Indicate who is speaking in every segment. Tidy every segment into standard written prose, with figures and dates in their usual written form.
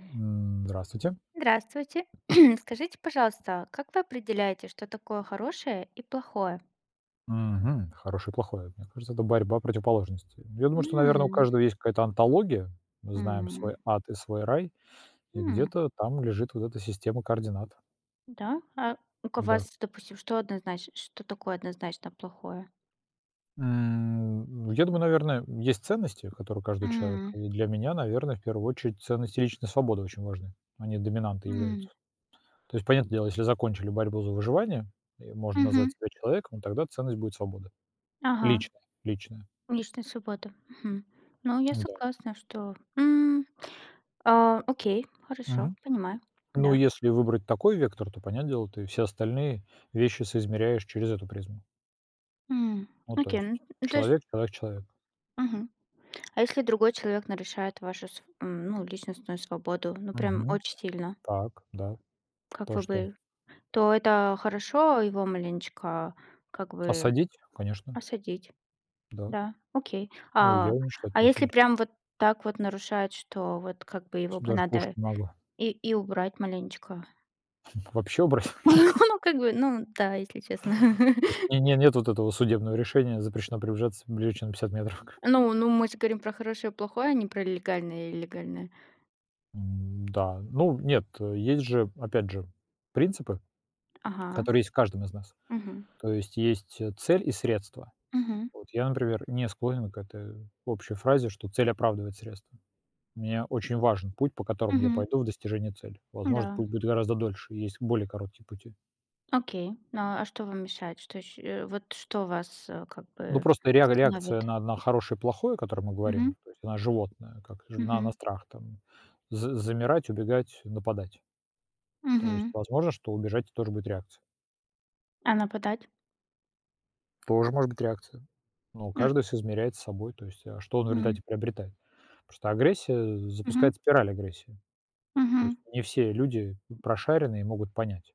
Speaker 1: Здравствуйте.
Speaker 2: Здравствуйте. Скажите, пожалуйста, как вы определяете, что такое хорошее и плохое?
Speaker 1: Мгм. Хорошее и плохое. Мне кажется, это борьба противоположностей. Я думаю, что, наверное, у
Speaker 2: М,
Speaker 1: каждого есть какая-то антология. Мы знаем
Speaker 2: м,
Speaker 1: свой ад и свой рай, и
Speaker 2: м.
Speaker 1: где-то там лежит вот эта система координат.
Speaker 2: Да. А у
Speaker 1: Да.
Speaker 2: вас, допустим, что однозначно, что такое однозначно плохое?
Speaker 1: Я думаю, наверное, есть ценности, которые каждый человек.
Speaker 2: М,
Speaker 1: И для меня, наверное, в первую очередь ценности личной свободы очень важны. Они доминанты
Speaker 2: м,
Speaker 1: являются. То есть, понятное дело, если закончили борьбу за выживание, и можно
Speaker 2: мгм.
Speaker 1: назвать себя человеком, тогда ценность будет свобода.
Speaker 2: Ага.
Speaker 1: Личная, личная.
Speaker 2: Личная свобода. Мгм. Ну, я
Speaker 1: Да.
Speaker 2: согласна, что. Окей, хорошо, понимаю.
Speaker 1: Ну,
Speaker 2: Да.
Speaker 1: если выбрать такой вектор, то, понятное дело, ты все остальные вещи соизмеряешь через эту призму.
Speaker 2: М,
Speaker 1: Ну, то
Speaker 2: Окей.
Speaker 1: есть
Speaker 2: Ну, то есть.
Speaker 1: человек.
Speaker 2: А если другой человек нарушает вашу, ну, личностную свободу, ну, прям
Speaker 1: Мгм.
Speaker 2: очень сильно,
Speaker 1: Так, да.
Speaker 2: как
Speaker 1: То
Speaker 2: вы
Speaker 1: что?
Speaker 2: бы, то это хорошо его маленечко, как бы,
Speaker 1: Осадить? Конечно,
Speaker 2: осадить,
Speaker 1: да.
Speaker 2: да, окей.
Speaker 1: Ну, я
Speaker 2: А,
Speaker 1: не считаю
Speaker 2: а если
Speaker 1: плохим.
Speaker 2: прям вот так вот нарушает, что вот как бы его бы
Speaker 1: Даже
Speaker 2: надо
Speaker 1: кушать могу.
Speaker 2: и убрать маленечко.
Speaker 1: Вообще брать.
Speaker 2: Ну, как бы, ну, да, если честно.
Speaker 1: То есть не нет вот этого судебного решения: запрещено приближаться ближе, чем на 50 метров.
Speaker 2: Ну, мы же говорим про хорошее и плохое, а не про легальное и легальное.
Speaker 1: М, да. Ну, нет, есть же, опять же, принципы,
Speaker 2: Ага.
Speaker 1: которые есть в каждом из нас.
Speaker 2: Угу.
Speaker 1: То есть есть, цель и средства.
Speaker 2: Угу.
Speaker 1: Вот я, например, не склонен к этой общей фразе, что цель оправдывает средства. Мне очень важен путь, по которому я
Speaker 2: Угу.
Speaker 1: пойду в достижении цели. Возможно,
Speaker 2: Да.
Speaker 1: путь будет гораздо дольше, есть более короткие пути.
Speaker 2: Окей. Ну, а что вам мешает? Что ещё, вот что вас, как
Speaker 1: Ну,
Speaker 2: бы
Speaker 1: просто реакция
Speaker 2: останавливает?
Speaker 1: на хорошее и плохое, о котором мы
Speaker 2: Мгм,
Speaker 1: говорим, то есть она животное, как
Speaker 2: мгм,
Speaker 1: на страх, там, замирать, убегать, нападать. То есть
Speaker 2: мгм.
Speaker 1: возможно, что убежать тоже будет реакция.
Speaker 2: А нападать?
Speaker 1: Тоже может быть реакция. Но
Speaker 2: М,
Speaker 1: каждый все измеряет с собой, то есть а что он в
Speaker 2: м,
Speaker 1: результате приобретает. Потому что агрессия
Speaker 2: мгм,
Speaker 1: запускает спираль агрессии. То
Speaker 2: мгм.
Speaker 1: есть не все люди прошаренные и могут понять,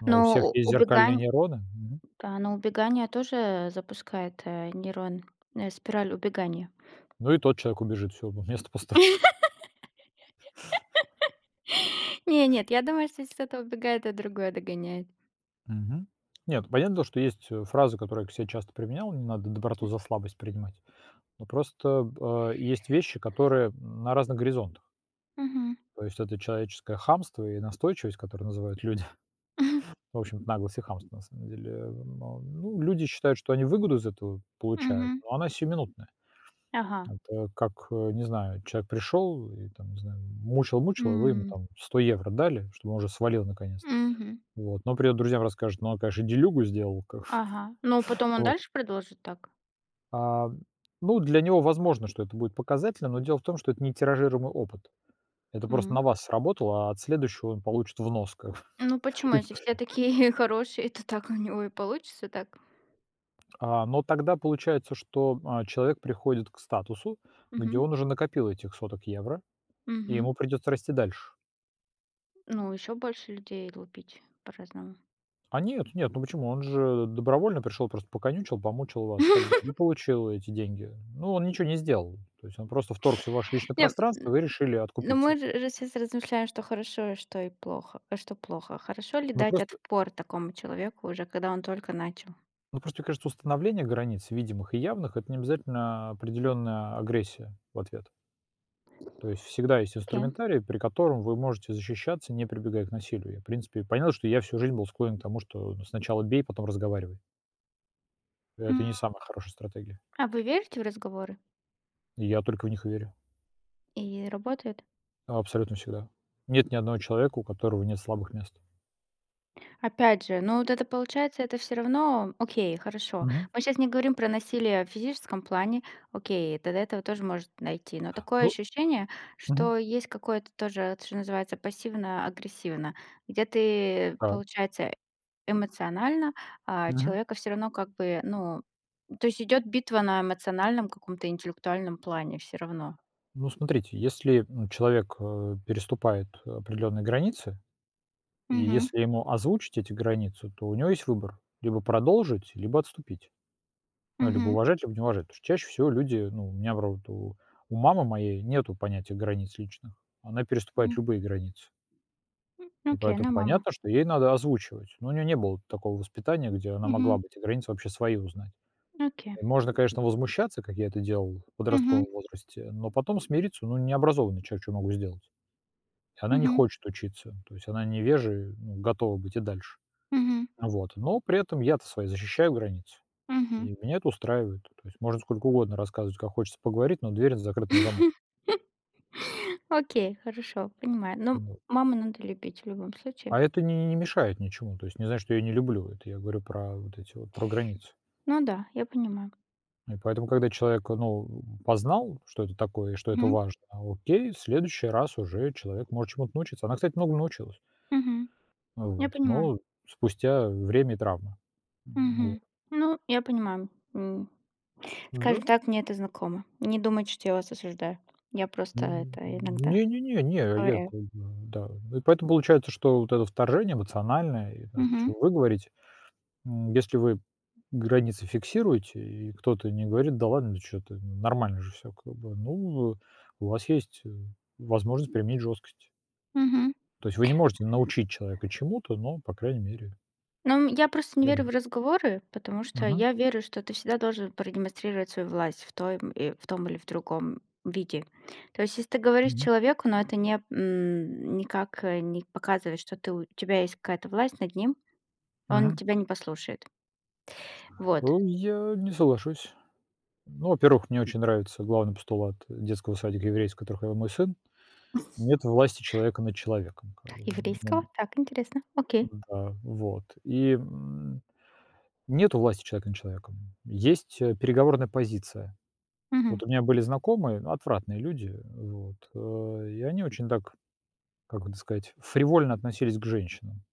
Speaker 1: но
Speaker 2: Но
Speaker 1: у всех
Speaker 2: у
Speaker 1: есть зеркальные
Speaker 2: убегань
Speaker 1: нейроны. Мгм.
Speaker 2: Да, но убегание тоже запускает, нейрон, спираль убегания.
Speaker 1: Ну и тот человек убежит, все место пустое.
Speaker 2: Не, Нет, я думаю, что если кто-то убегает, то другое догоняет.
Speaker 1: Мгм. Нет, понятно, что есть, фразы, которые я к себе часто применял: «Не надо доброту за слабость принимать». Но просто, есть вещи, которые на разных горизонтах.
Speaker 2: Мгм,
Speaker 1: То есть это человеческое хамство и настойчивость, которые называют люди. В общем наглость и хамство, на самом деле. Но, ну, люди считают, что они выгоду из этого получают,
Speaker 2: мгм.
Speaker 1: но она сиюминутная.
Speaker 2: Ага.
Speaker 1: Это как, не знаю, человек пришел и там, не знаю, мучил-мучил, а вы ему
Speaker 2: М,
Speaker 1: там 100 евро дали, чтобы он уже свалил наконец-то.
Speaker 2: мгм.
Speaker 1: Вот. Но придет друзьям, расскажет, ну, он, конечно, делюгу сделал. Как бы.
Speaker 2: Ага. Ну, потом он
Speaker 1: Вот.
Speaker 2: дальше продолжит так?
Speaker 1: А, ну, для него возможно, что это будет показательно, но дело в том, что это не тиражируемый опыт. Это просто на вас сработало, а от следующего он получит в нос. Как бы.
Speaker 2: Ну почему? Если
Speaker 1: И-
Speaker 2: все такие хорошие, то так у него и получится так.
Speaker 1: А, но тогда получается, что человек приходит к статусу, где
Speaker 2: Мгм.
Speaker 1: он уже накопил этих соток евро, и
Speaker 2: Мгм.
Speaker 1: ему придется расти дальше.
Speaker 2: Ну, еще больше людей лупить по-разному.
Speaker 1: А нет, нет, ну почему? Он же добровольно пришел, просто поконючил, помучил вас и так далее. И получил эти деньги. Ну, он ничего не сделал. То есть он просто вторгся в ваше личное
Speaker 2: Не, м,
Speaker 1: пространство, вы решили
Speaker 2: Ну, мы
Speaker 1: откупиться.
Speaker 2: же сейчас размышляем, что хорошо, и что и плохо, что плохо. Хорошо ли
Speaker 1: Ну
Speaker 2: дать
Speaker 1: просто,
Speaker 2: отпор такому человеку уже, когда он только начал?
Speaker 1: ну просто, мне кажется, установление границ видимых и явных это не обязательно определенная агрессия в ответ. То есть всегда есть
Speaker 2: Окей.
Speaker 1: инструментарий, при котором вы можете защищаться, не прибегая к насилию. Я, в принципе, понял, что я всю жизнь был склонен к тому, что сначала бей, потом разговаривай.
Speaker 2: М,
Speaker 1: Это не самая хорошая стратегия.
Speaker 2: А вы верите в разговоры?
Speaker 1: И я только в них и верю.
Speaker 2: И работает?
Speaker 1: Абсолютно всегда. Нет ни одного человека, у которого нет слабых мест.
Speaker 2: Опять же, ну вот это получается, это все равно окей, хорошо.
Speaker 1: Мгм.
Speaker 2: Мы сейчас не говорим про насилие в физическом плане, окей, тогда этого тоже может найти. Но такое
Speaker 1: Ну
Speaker 2: ощущение,
Speaker 1: Мгм.
Speaker 2: что есть какое-то тоже, это что называется, пассивно-агрессивно, где ты,
Speaker 1: Да.
Speaker 2: получается, эмоционально,
Speaker 1: Мгм.
Speaker 2: человека все равно как бы, ну, то есть идет битва на эмоциональном каком-то интеллектуальном плане все равно.
Speaker 1: Ну, смотрите, если, человек, переступает определенные границы, и
Speaker 2: Мгм,
Speaker 1: если ему озвучить эти границы, то у него есть выбор: либо продолжить, либо отступить. Ну, либо
Speaker 2: мгм,
Speaker 1: уважать, либо не уважать. Потому что чаще всего люди, ну, у меня, правда, у мамы моей нету понятия границ личных. Она
Speaker 2: мгм.
Speaker 1: переступает любые границы. И
Speaker 2: Окей,
Speaker 1: поэтому
Speaker 2: ну, мама.
Speaker 1: понятно, что ей надо озвучивать. Но у нее не было такого воспитания, где она могла
Speaker 2: Мгм,
Speaker 1: бы эти границы вообще свои узнать.
Speaker 2: окей.
Speaker 1: И можно, конечно, возмущаться, как я это делал в
Speaker 2: Мгм,
Speaker 1: подростковом возрасте, но потом смириться, ну, необразованный человек что могу сделать? И она не
Speaker 2: мгм,
Speaker 1: хочет учиться, то есть она невежей, ну, готова быть и дальше.
Speaker 2: мгм.
Speaker 1: Вот, но при этом я-то свои защищаю границы,
Speaker 2: Мгм.
Speaker 1: и меня это устраивает. То есть можно сколько угодно рассказывать, как хочется поговорить, но дверь закрыта на замок.
Speaker 2: Окей, хорошо, понимаю. Но
Speaker 1: Вот.
Speaker 2: маму надо любить в любом случае.
Speaker 1: А это не мешает ничему. То есть не значит, что я её не люблю. Это я говорю про вот эти вот, про границы.
Speaker 2: Ну да, я понимаю.
Speaker 1: И поэтому, когда человек, ну, познал, что это такое и что это
Speaker 2: Мгм.
Speaker 1: важно, окей, в следующий раз уже человек может чему-то научиться. Она, кстати, много научилась.
Speaker 2: Мгм. Я
Speaker 1: Вот.
Speaker 2: понимаю.
Speaker 1: Но спустя время и травмы. М, вот.
Speaker 2: Мгм. Ну, я понимаю. М.
Speaker 1: Да?
Speaker 2: Скажем так, мне это знакомо. Не думайте, что я вас осуждаю. Я просто это иногда
Speaker 1: Не-не-не, не, я
Speaker 2: ковыряю.
Speaker 1: как бы, да. И поэтому получается, что вот это вторжение эмоциональное, и о
Speaker 2: Мгм.
Speaker 1: чём вы говорите, если вы границы фиксируете, и кто-то не говорит: «Да ладно, что ты, чё ты, нормально же все как бы», ну, у вас есть, возможность применить жесткость.
Speaker 2: Мгм.
Speaker 1: То есть вы не можете научить человека чему-то, но, по крайней мере,
Speaker 2: Ну, я просто не верю
Speaker 1: мудро.
Speaker 2: в разговоры, потому что
Speaker 1: Мгм.
Speaker 2: я верю, что ты всегда должен продемонстрировать свою власть в том или в другом виде. То есть, если ты говоришь
Speaker 1: Мгм.
Speaker 2: человеку, но это не, м, никак не показывает, что у тебя есть какая-то власть над ним, он
Speaker 1: Мгм.
Speaker 2: тебя не послушает. Вот.
Speaker 1: Ну, я не соглашусь. Ну, во-первых, мне очень нравится главный постулат детского садика еврейского, который ходил мой сын. Нет власти человека над человеком. Как
Speaker 2: Так,
Speaker 1: бы,
Speaker 2: еврейского?
Speaker 1: м,
Speaker 2: Так, интересно. Окей.
Speaker 1: да, вот. И, нету власти человека над человеком. Есть, переговорная позиция.
Speaker 2: Мгм.
Speaker 1: Вот у меня были знакомые, ну, отвратные люди, вот, и они очень так, как это сказать, фривольно относились к женщинам.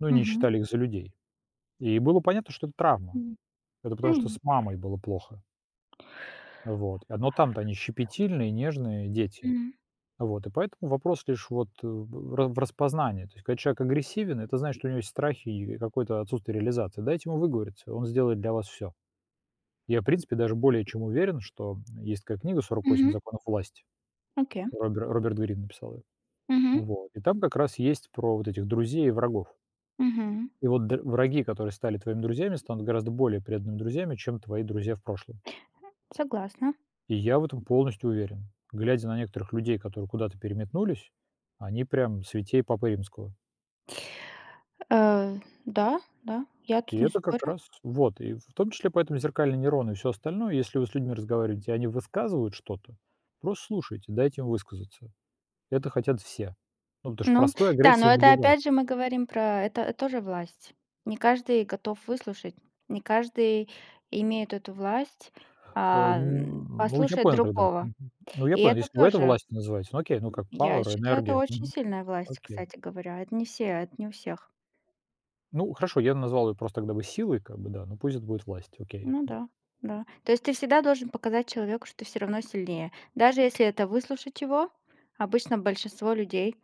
Speaker 1: Ну, не
Speaker 2: Мгм.
Speaker 1: считали их за людей. И было понятно, что это травма.
Speaker 2: М.
Speaker 1: Это потому, что
Speaker 2: М.
Speaker 1: с мамой было плохо. Вот. Но там-то они щепетильные, нежные дети.
Speaker 2: Мгм.
Speaker 1: Вот. И поэтому вопрос лишь вот в распознании. То есть, когда человек агрессивен, это значит, что у него есть страхи и какое-то отсутствие реализации. Дайте ему выговориться, он сделает для вас все. Я, в принципе, даже более чем уверен, что есть такая книга сорок восемь
Speaker 2: Мгм.
Speaker 1: законов власти».
Speaker 2: Окей.
Speaker 1: Роберт Грин написал ее.
Speaker 2: Мгм.
Speaker 1: Вот. И там как раз есть про вот этих друзей и врагов.
Speaker 2: Мгм.
Speaker 1: И вот враги, которые стали твоими друзьями, станут гораздо более преданными друзьями, чем твои друзья в прошлом.
Speaker 2: Согласна.
Speaker 1: И я в этом полностью уверен. Глядя на некоторых людей, которые куда-то переметнулись, они прям святей Папы Римского.
Speaker 2: Э, да, да, я
Speaker 1: И
Speaker 2: тут не
Speaker 1: это как
Speaker 2: спорю.
Speaker 1: раз вот. И в том числе поэтому зеркальные нейроны и все остальное, если вы с людьми разговариваете, и они высказывают что-то, просто слушайте, дайте им высказаться. Это хотят все. Ну, потому что
Speaker 2: Ну
Speaker 1: простой
Speaker 2: да,
Speaker 1: агрессии
Speaker 2: но
Speaker 1: не
Speaker 2: это
Speaker 1: бывает.
Speaker 2: опять же мы говорим про это тоже власть. Не каждый готов выслушать, не каждый имеет эту власть,
Speaker 1: Э, н ну, я
Speaker 2: послушать
Speaker 1: понял тогда.
Speaker 2: другого.
Speaker 1: Мгм. Ну, я
Speaker 2: И
Speaker 1: понял,
Speaker 2: это
Speaker 1: если вы это
Speaker 2: тоже,
Speaker 1: властью называете, ну окей, ну как
Speaker 2: я
Speaker 1: power,
Speaker 2: считаю, это
Speaker 1: энергия.
Speaker 2: очень
Speaker 1: Мгм.
Speaker 2: сильная власть,
Speaker 1: Окей.
Speaker 2: кстати говоря. Это не все, это не у всех.
Speaker 1: Ну, хорошо, я назвал ее просто тогда бы силой, как бы, да, ну пусть это будет власть. Окей,
Speaker 2: Ну
Speaker 1: да.
Speaker 2: да, да. То есть ты всегда должен показать человеку, что ты все равно сильнее. Даже если это выслушать его, обычно большинство людей.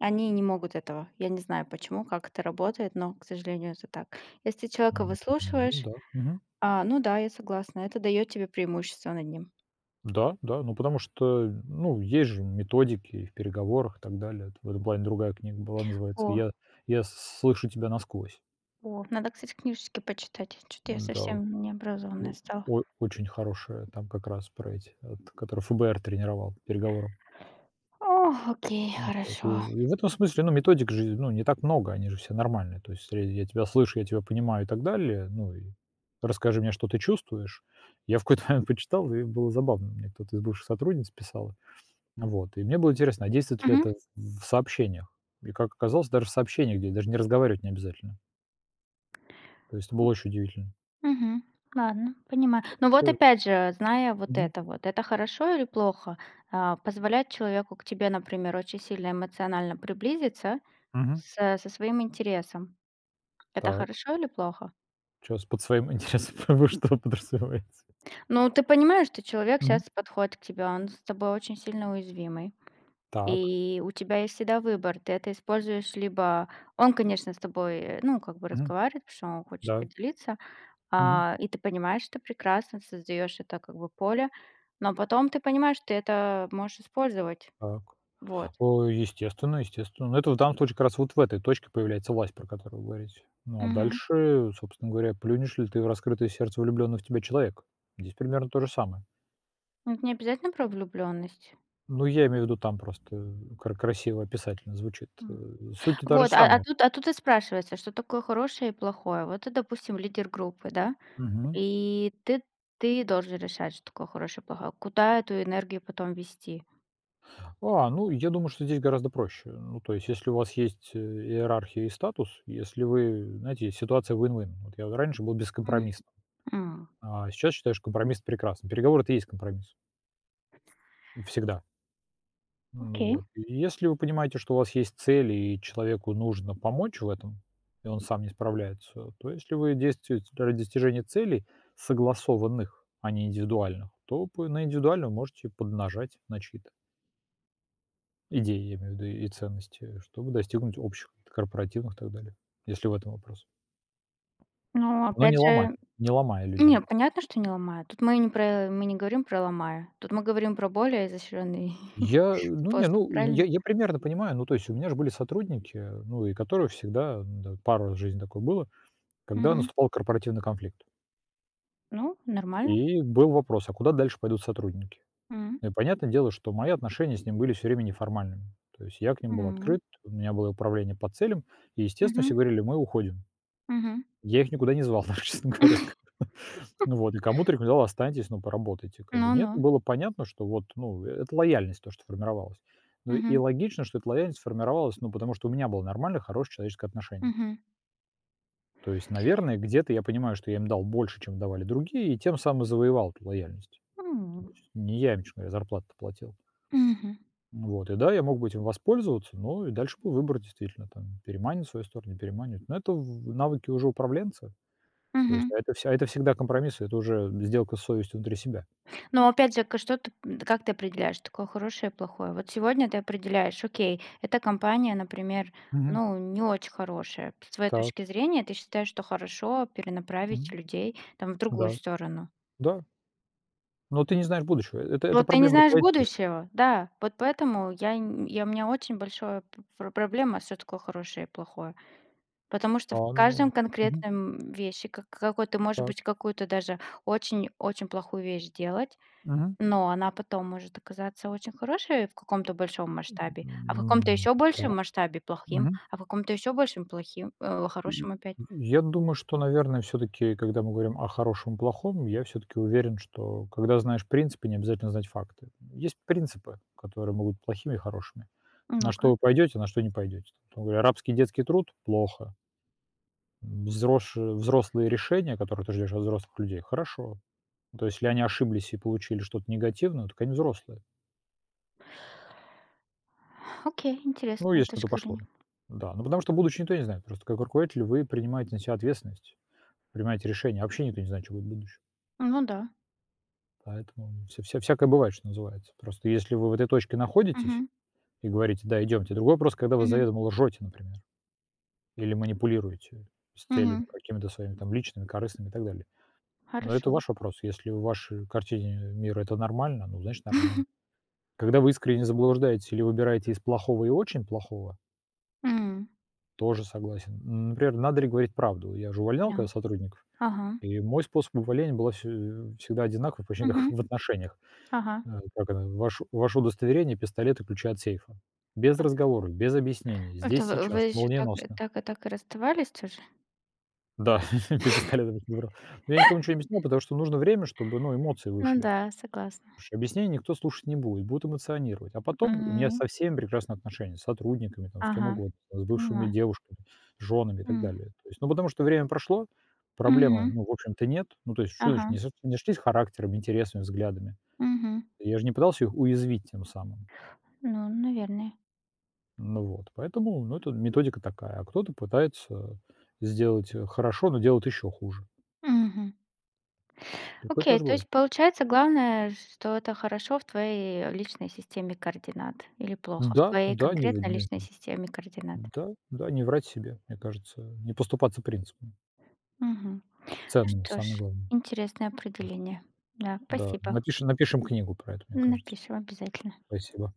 Speaker 2: Они не могут этого. Я не знаю почему, как это работает, но, к сожалению, это так. Если человека
Speaker 1: Ну
Speaker 2: выслушиваешь,
Speaker 1: да, мгм.
Speaker 2: ну да, я согласна, это дает тебе преимущество над ним.
Speaker 1: Да, да, ну, потому что, ну, есть же методики и в переговорах и так далее. Это в этом плане другая книга была, называется
Speaker 2: О,
Speaker 1: "Я слышу тебя насквозь».
Speaker 2: о, надо, кстати, книжечки почитать. Что-то я
Speaker 1: Да,
Speaker 2: совсем необразованная
Speaker 1: о
Speaker 2: стала.
Speaker 1: о очень хорошая, там как раз про эти, от которых ФБР тренировал к переговорам.
Speaker 2: О, окей,
Speaker 1: Вот и
Speaker 2: хорошо.
Speaker 1: и в этом смысле, ну, методик же, ну, не так много, они же все нормальные. То есть, я тебя слышу, я тебя понимаю и так далее. Ну и расскажи мне, что ты чувствуешь. Я в какой-то момент почитал, и было забавно. Мне кто-то из бывших сотрудниц писал. Вот. И мне было интересно, а действует ли
Speaker 2: Мгм.
Speaker 1: это в сообщениях? И как оказалось, даже в сообщениях, где даже не разговаривать не обязательно. То есть это было очень удивительно.
Speaker 2: Мгм. Ладно, понимаю. Ну вот
Speaker 1: Что
Speaker 2: опять же, зная
Speaker 1: Мгм.
Speaker 2: вот, это хорошо или плохо? Позволять человеку к тебе, например, очень сильно эмоционально приблизиться
Speaker 1: Мгм.
Speaker 2: со своим интересом. Это
Speaker 1: Так.
Speaker 2: хорошо или плохо?
Speaker 1: Сейчас под своим интересом вы что подразумеваете?
Speaker 2: Ну, ты понимаешь, что человек
Speaker 1: Мгм.
Speaker 2: сейчас подходит к тебе, он с тобой очень сильно уязвимый.
Speaker 1: Так.
Speaker 2: И у тебя есть всегда выбор. Ты это используешь либо он, конечно, с тобой, ну, как бы
Speaker 1: Мгм.
Speaker 2: разговаривает, потому что он хочет
Speaker 1: Да.
Speaker 2: поделиться,
Speaker 1: Мгм.
Speaker 2: и ты понимаешь, что прекрасно создаешь это как бы поле, но потом ты понимаешь, что ты это можешь использовать.
Speaker 1: Так.
Speaker 2: Вот.
Speaker 1: О, естественно. Но это в данном случае как раз вот в этой точке появляется власть, про которую вы говорите. Ну, а
Speaker 2: Мгм.
Speaker 1: дальше, собственно говоря, плюнешь ли ты в раскрытое сердце влюбленного в тебя человека. Здесь примерно то же самое.
Speaker 2: Ну, это не обязательно про влюбленность.
Speaker 1: Ну, я имею в виду, там просто красиво описательно звучит.
Speaker 2: М.
Speaker 1: Суть-то та же
Speaker 2: Вот, а, а
Speaker 1: самая.
Speaker 2: тут, а тут и спрашивается, что такое хорошее и плохое. Вот ты, допустим, лидер группы, да?
Speaker 1: Мгм.
Speaker 2: И ты должен решать, что такое хорошее и плохое. Куда эту энергию потом вести?
Speaker 1: Ну, я думаю, что здесь гораздо проще. Ну, то есть, если у вас есть, иерархия и статус, если вы, знаете, есть ситуация win-win. Вот я вот раньше был
Speaker 2: М.
Speaker 1: бескомпромиссным,
Speaker 2: М.
Speaker 1: а сейчас считаю, что компромисс прекрасен. Переговоры — это и есть компромисс. Всегда. Ну
Speaker 2: Окей.
Speaker 1: вот. И если вы понимаете, что у вас есть цель и человеку нужно помочь в этом, и он сам не справляется, то если вы действуете ради достижения целей, согласованных, а не индивидуальных, то на индивидуальную можете поднажать на чьи-то идеи, я имею в виду, и ценности, чтобы достигнуть общих, корпоративных и так далее, если в этом вопрос.
Speaker 2: Но
Speaker 1: Но не
Speaker 2: опять
Speaker 1: ломая,
Speaker 2: же,
Speaker 1: не ломая
Speaker 2: не,
Speaker 1: людей.
Speaker 2: понятно, что не ломают. Тут мы не про мы не говорим про "ломаю". Тут мы говорим про более изощренный
Speaker 1: Я, ну не,
Speaker 2: способ,
Speaker 1: ну
Speaker 2: правильно?
Speaker 1: я примерно понимаю, ну то есть у меня же были сотрудники, ну и которые всегда, да, пару раз в жизни такое было, когда
Speaker 2: Мгм.
Speaker 1: наступал корпоративный конфликт.
Speaker 2: Ну, нормально.
Speaker 1: И был вопрос, а куда дальше пойдут сотрудники?
Speaker 2: М.
Speaker 1: Ну и понятное дело, что мои отношения с ним были все время неформальными. То есть я к ним был
Speaker 2: М.
Speaker 1: открыт, у меня было управление по целям, и, естественно,
Speaker 2: Мгм.
Speaker 1: все говорили, мы уходим.
Speaker 2: Мгм.
Speaker 1: Я их никуда не звал, даже, честно говоря. Ну вот, и кому-то рекомендовал, останьтесь, ну, поработайте. Как бы нет,
Speaker 2: Ну-ну.
Speaker 1: было понятно, что вот, ну, это лояльность то, что формировалась. Ну и
Speaker 2: Мгм.
Speaker 1: логично, что эта лояльность формировалась, ну, потому что у меня было нормально, хорошее человеческое отношение.
Speaker 2: Мгм.
Speaker 1: То есть, наверное, где-то я понимаю, что я им дал больше, чем давали другие, и тем самым завоевал эту лояльность. То
Speaker 2: М.
Speaker 1: есть не я им, честно говоря, зарплату платил.
Speaker 2: Мгм.
Speaker 1: Вот. И да, я мог бы этим воспользоваться, но и дальше был выбор действительно, там, переманит в свою сторону, не переманит. Но это в навыки уже управленца. То есть
Speaker 2: Мгм.
Speaker 1: а это всегда компромисс, это уже сделка с совестью внутри себя.
Speaker 2: Но опять же, как ты определяешь, такое хорошее и плохое? Вот сегодня ты определяешь, окей, эта компания, например,
Speaker 1: Мгм.
Speaker 2: ну, не очень хорошая. С твоей
Speaker 1: Так.
Speaker 2: точки зрения, ты считаешь, что хорошо перенаправить
Speaker 1: Мгм.
Speaker 2: людей там в другую
Speaker 1: Да.
Speaker 2: сторону.
Speaker 1: Да. Но ты не знаешь будущего. Это
Speaker 2: Вот ты не
Speaker 1: проблема
Speaker 2: знаешь
Speaker 1: руководителя.
Speaker 2: будущего, да. Вот поэтому у меня очень большая проблема, что такое хорошее и плохое. Потому что в каждом
Speaker 1: Ну, мгм.
Speaker 2: конкретном вещи, какой ты можешь
Speaker 1: Так.
Speaker 2: быть какую-то даже очень-очень плохую вещь делать,
Speaker 1: Мгм.
Speaker 2: но она потом может оказаться очень хорошей в каком-то большом масштабе, а в каком-то
Speaker 1: М,
Speaker 2: еще
Speaker 1: да.
Speaker 2: большем масштабе плохим,
Speaker 1: Мгм.
Speaker 2: а в каком-то еще большем плохим,
Speaker 1: И
Speaker 2: хорошим опять.
Speaker 1: я думаю, что, наверное, все таки когда мы говорим о хорошем и плохом, я все таки уверен, что когда знаешь принципы, не обязательно знать факты. Есть принципы, которые могут быть плохими и хорошими. На
Speaker 2: Ну-ка.
Speaker 1: что вы пойдете, на что не пойдете. Грубо говоря, рабский детский труд — плохо. Взрош Взрослые решения, которые ты ждешь от взрослых людей — хорошо. То есть, если они ошиблись и получили что-то негативное, так они взрослые.
Speaker 2: Окей,
Speaker 1: Ну,
Speaker 2: интересная
Speaker 1: если это
Speaker 2: точка
Speaker 1: пошло.
Speaker 2: зрения.
Speaker 1: Да, ну потому что будущее никто не знает. Просто как руководитель вы принимаете на себя ответственность, принимаете решения. Вообще никто не знает, что будет в будущем.
Speaker 2: Ну да.
Speaker 1: Поэтому вся всякое бывает, что называется. Просто если вы в этой точке находитесь
Speaker 2: Мгм.
Speaker 1: и говорите: «Да, идемте». Другой вопрос, когда вы
Speaker 2: Мгм.
Speaker 1: заведомо лжете, например, или манипулируете с целями
Speaker 2: Мгм.
Speaker 1: какими-то своими там личными, корыстными и так далее. Но это
Speaker 2: Хорошо.
Speaker 1: ваш вопрос. Если в вашей картине мира это нормально, ну, значит, нормально. Когда вы искренне заблуждаетесь или выбираете из плохого и очень плохого,
Speaker 2: М.
Speaker 1: тоже согласен. Например, надо ли говорить правду? Я же увольнял
Speaker 2: Да.
Speaker 1: когда сотрудников,
Speaker 2: Ага.
Speaker 1: и мой способ увольнения был всегда одинаковый, почти как
Speaker 2: Мгм.
Speaker 1: в отношениях.
Speaker 2: Ага.
Speaker 1: Как это, ваше удостоверение, пистолет и ключи от сейфа. Без разговоров, без объяснений.
Speaker 2: Это
Speaker 1: Здесь,
Speaker 2: вы
Speaker 1: сейчас,
Speaker 2: еще так и
Speaker 1: молниеносно.
Speaker 2: так и так и расставались тоже?
Speaker 1: Да, пи пистолет этот забрал. Но я никому ничего не объяснял, потому что нужно время, чтобы, ну, эмоции
Speaker 2: Ну
Speaker 1: вышли.
Speaker 2: да, согласна.
Speaker 1: Потому что объяснений никто слушать не будет, будут эмоционировать. А потом у меня
Speaker 2: Мгм.
Speaker 1: со всеми прекрасные отношения, с сотрудниками, там, с кем
Speaker 2: Ага,
Speaker 1: угодно, с бывшими
Speaker 2: понимаю.
Speaker 1: девушками, с женами и так
Speaker 2: М.
Speaker 1: далее. То есть, ну, потому что время прошло, проблемы,
Speaker 2: Мгм.
Speaker 1: ну, в общем-то, нет. Ну, то есть, что
Speaker 2: Ага.
Speaker 1: значит, не сошлись характером, интересами, взглядами.
Speaker 2: Мгм.
Speaker 1: Я же не пытался их уязвить тем самым.
Speaker 2: Ну, наверное.
Speaker 1: Ну вот, поэтому, ну, это методика такая. А кто-то пытается сделать, хорошо, но делает еще хуже.
Speaker 2: Мгм.
Speaker 1: Такое
Speaker 2: Окей,
Speaker 1: тоже
Speaker 2: то
Speaker 1: бывает.
Speaker 2: есть получается, главное, что это хорошо в твоей личной системе координат или плохо в
Speaker 1: Да,
Speaker 2: твоей
Speaker 1: да, не в
Speaker 2: конкретно
Speaker 1: не
Speaker 2: личной системе координат.
Speaker 1: да, да, не врать себе, мне кажется, не поступаться принципами,
Speaker 2: Мгм. Ну
Speaker 1: ценными,
Speaker 2: что
Speaker 1: самое
Speaker 2: ж,
Speaker 1: главное.
Speaker 2: интересное определение. Да,
Speaker 1: Да,
Speaker 2: спасибо.
Speaker 1: напишем книгу про это, мне кажется.
Speaker 2: Напишем обязательно.
Speaker 1: Спасибо.